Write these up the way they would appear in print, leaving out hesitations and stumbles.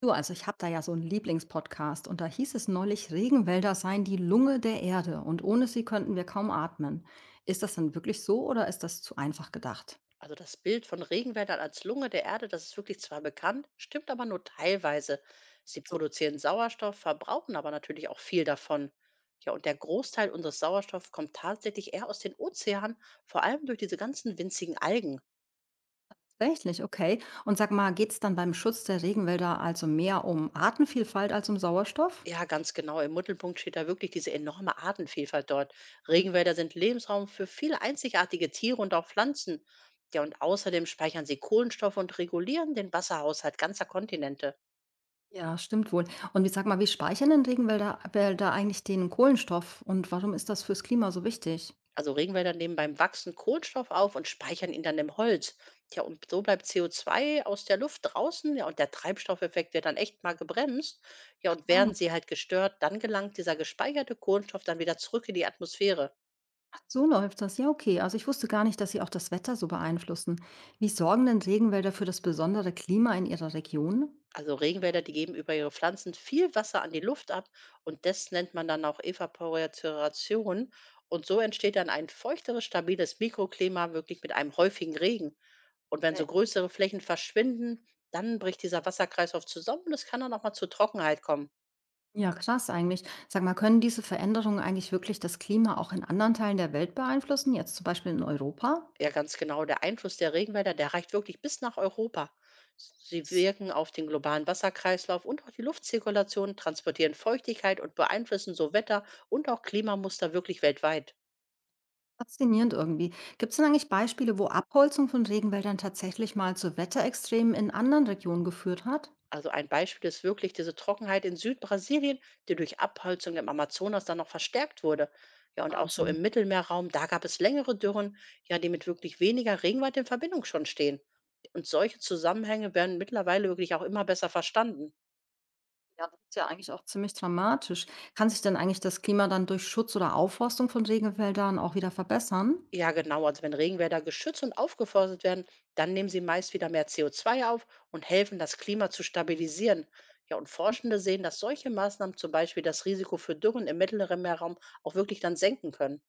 Du, also ich habe da ja so einen Lieblingspodcast und da hieß es neulich, Regenwälder seien die Lunge der Erde und ohne sie könnten wir kaum atmen. Ist das denn wirklich so oder ist das zu einfach gedacht? Also das Bild von Regenwäldern als Lunge der Erde, das ist wirklich zwar bekannt, stimmt aber nur teilweise. Sie So, produzieren Sauerstoff, verbrauchen aber natürlich auch viel davon. Ja, und der Großteil unseres Sauerstoffs kommt tatsächlich eher aus den Ozeanen, vor allem durch diese ganzen winzigen Algen. tatsächlich, okay. Und sag mal, geht es dann beim Schutz der Regenwälder also mehr um Artenvielfalt als um Sauerstoff? Ja, ganz genau. Im Mittelpunkt steht da wirklich diese enorme Artenvielfalt dort. Mhm. Regenwälder sind Lebensraum für viele einzigartige Tiere und auch Pflanzen. Ja, und außerdem speichern sie Kohlenstoff und regulieren den Wasserhaushalt ganzer Kontinente. Ja, stimmt wohl. Und wie sag mal, wie speichern denn Regenwälder Wälder eigentlich den Kohlenstoff und warum ist das fürs Klima so wichtig? Also Regenwälder nehmen beim Wachsen Kohlenstoff auf und speichern ihn dann im Holz. Tja, und so bleibt CO2 aus der Luft draußen, ja, und der Treibstoffeffekt wird dann echt mal gebremst. Ja, und Ah. werden sie halt gestört, dann gelangt dieser gespeicherte Kohlenstoff dann wieder zurück in die Atmosphäre. So läuft das. Ja, okay. Also ich wusste gar nicht, dass sie auch das Wetter so beeinflussen. Wie sorgen denn Regenwälder für das besondere Klima in ihrer Region? Also Regenwälder, die geben über ihre Pflanzen viel Wasser an die Luft ab und das nennt man dann auch Evaporation. Und so entsteht dann ein feuchteres, stabiles Mikroklima, wirklich mit einem häufigen Regen. Und wenn Ne? so größere Flächen verschwinden, dann bricht dieser Wasserkreislauf zusammen und es kann dann auch mal zur Trockenheit kommen. Ja, krass eigentlich. Sag mal, können diese Veränderungen eigentlich wirklich das Klima auch in anderen Teilen der Welt beeinflussen, jetzt zum Beispiel in Europa? Ja, ganz genau. Der Einfluss der Regenwälder, der reicht wirklich bis nach Europa. Das Sie ist wirken auf den globalen Wasserkreislauf und auch die Luftzirkulation, transportieren Feuchtigkeit und beeinflussen so Wetter und auch Klimamuster wirklich weltweit. Faszinierend irgendwie. Gibt es denn eigentlich Beispiele, wo Abholzung von Regenwäldern tatsächlich mal zu Wetterextremen in anderen Regionen geführt hat? Also ein Beispiel ist wirklich diese Trockenheit in Südbrasilien, die durch Abholzung im Amazonas dann noch verstärkt wurde. Ja, Der und auch so Wahnsinn. im Mittelmeerraum, da gab es längere Dürren, ja, die mit wirklich weniger Regenwald in Verbindung schon stehen. Und solche Zusammenhänge werden mittlerweile wirklich auch immer besser verstanden. Ja, das ist ja eigentlich auch ziemlich dramatisch. Kann sich denn eigentlich das Klima dann durch Schutz oder Aufforstung von Regenwäldern auch wieder verbessern? Ja, genau, also wenn Regenwälder geschützt und aufgeforstet werden, dann nehmen sie meist wieder mehr CO2 auf und helfen, das Klima zu stabilisieren. Ja, und Forschende sehen, dass solche Maßnahmen zum Beispiel das Risiko für Dürren im Mittelmeerraum auch wirklich dann senken können.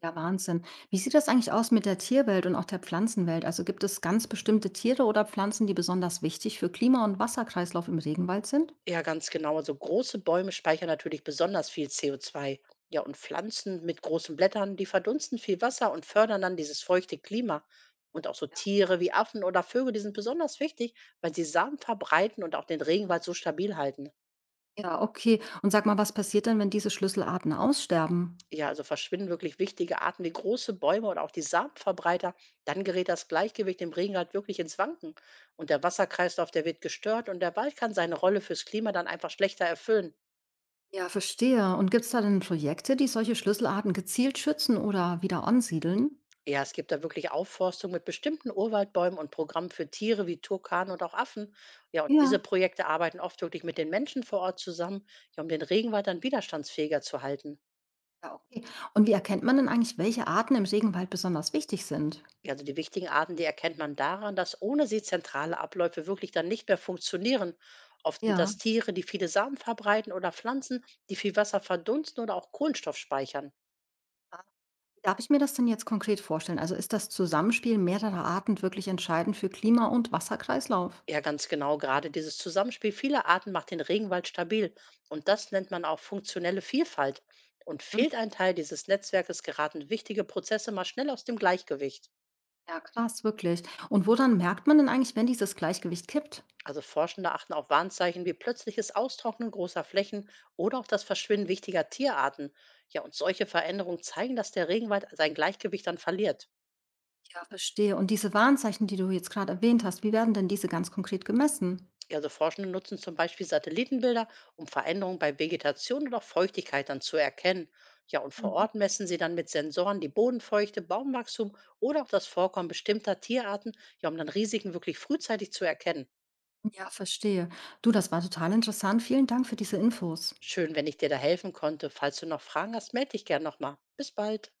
Ja, Wahnsinn. Wie sieht das eigentlich aus mit der Tierwelt und auch der Pflanzenwelt? Also gibt es ganz bestimmte Tiere oder Pflanzen, die besonders wichtig für Klima- und Wasserkreislauf im Regenwald sind? Ja, ganz genau. Also große Bäume speichern natürlich besonders viel CO2. Ja, und Pflanzen mit großen Blättern, die verdunsten viel Wasser und fördern dann dieses feuchte Klima. Und auch so Tiere wie Affen oder Vögel, die sind besonders wichtig, weil sie Samen verbreiten und auch den Regenwald so stabil halten. Ja, okay. Und sag mal, was passiert denn, wenn diese Schlüsselarten aussterben? Ja, also verschwinden wirklich wichtige Arten wie große Bäume oder auch die Samenverbreiter, dann gerät das Gleichgewicht im Regenwald wirklich ins Wanken. Und der Wasserkreislauf, der wird gestört und der Wald kann seine Rolle fürs Klima dann einfach schlechter erfüllen. Ja, verstehe. Und gibt es da denn Projekte, die solche Schlüsselarten gezielt schützen oder wieder ansiedeln? Ja, es gibt da wirklich Aufforstung mit bestimmten Urwaldbäumen und Programmen für Tiere wie Turkanen und auch Affen. Ja, und diese Ja, Projekte arbeiten oft wirklich mit den Menschen vor Ort zusammen, ja, um den Regenwald dann widerstandsfähiger zu halten. ja, okay. Und wie erkennt man denn eigentlich, welche Arten im Regenwald besonders wichtig sind? Ja, also die wichtigen Arten, die erkennt man daran, dass ohne sie zentrale Abläufe wirklich dann nicht mehr funktionieren. Oft sind Ja, das Tiere, die viele Samen verbreiten oder Pflanzen, die viel Wasser verdunsten oder auch Kohlenstoff speichern. ah, wie darf ich mir das denn jetzt konkret vorstellen? Also ist das Zusammenspiel mehrerer Arten wirklich entscheidend für Klima- und Wasserkreislauf? Ja, ganz genau. Gerade dieses Zusammenspiel vieler Arten macht den Regenwald stabil. Und das nennt man auch funktionelle Vielfalt. Und Hm, fehlt ein Teil dieses Netzwerkes, geraten wichtige Prozesse mal schnell aus dem Gleichgewicht. ja, krass, wirklich. Und woran merkt man denn eigentlich, wenn dieses Gleichgewicht kippt? Also Forschende achten auf Warnzeichen wie plötzliches Austrocknen großer Flächen oder auch das Verschwinden wichtiger Tierarten. Ja, und solche Veränderungen zeigen, dass der Regenwald sein Gleichgewicht dann verliert. Ja, verstehe. Und diese Warnzeichen, die du jetzt gerade erwähnt hast, wie werden denn diese ganz konkret gemessen? Ja, also Forschende nutzen zum Beispiel Satellitenbilder, um Veränderungen bei Vegetation oder Feuchtigkeit dann zu erkennen. Ja, und vor Mhm. Ort messen sie dann mit Sensoren die Bodenfeuchte, Baumwachstum oder auch das Vorkommen bestimmter Tierarten, ja, um dann Risiken wirklich frühzeitig zu erkennen. Ja, verstehe. Du, das war total interessant. Vielen Dank für diese Infos. Schön, wenn ich dir da helfen konnte. Falls du noch Fragen hast, melde dich gern nochmal. Bis bald.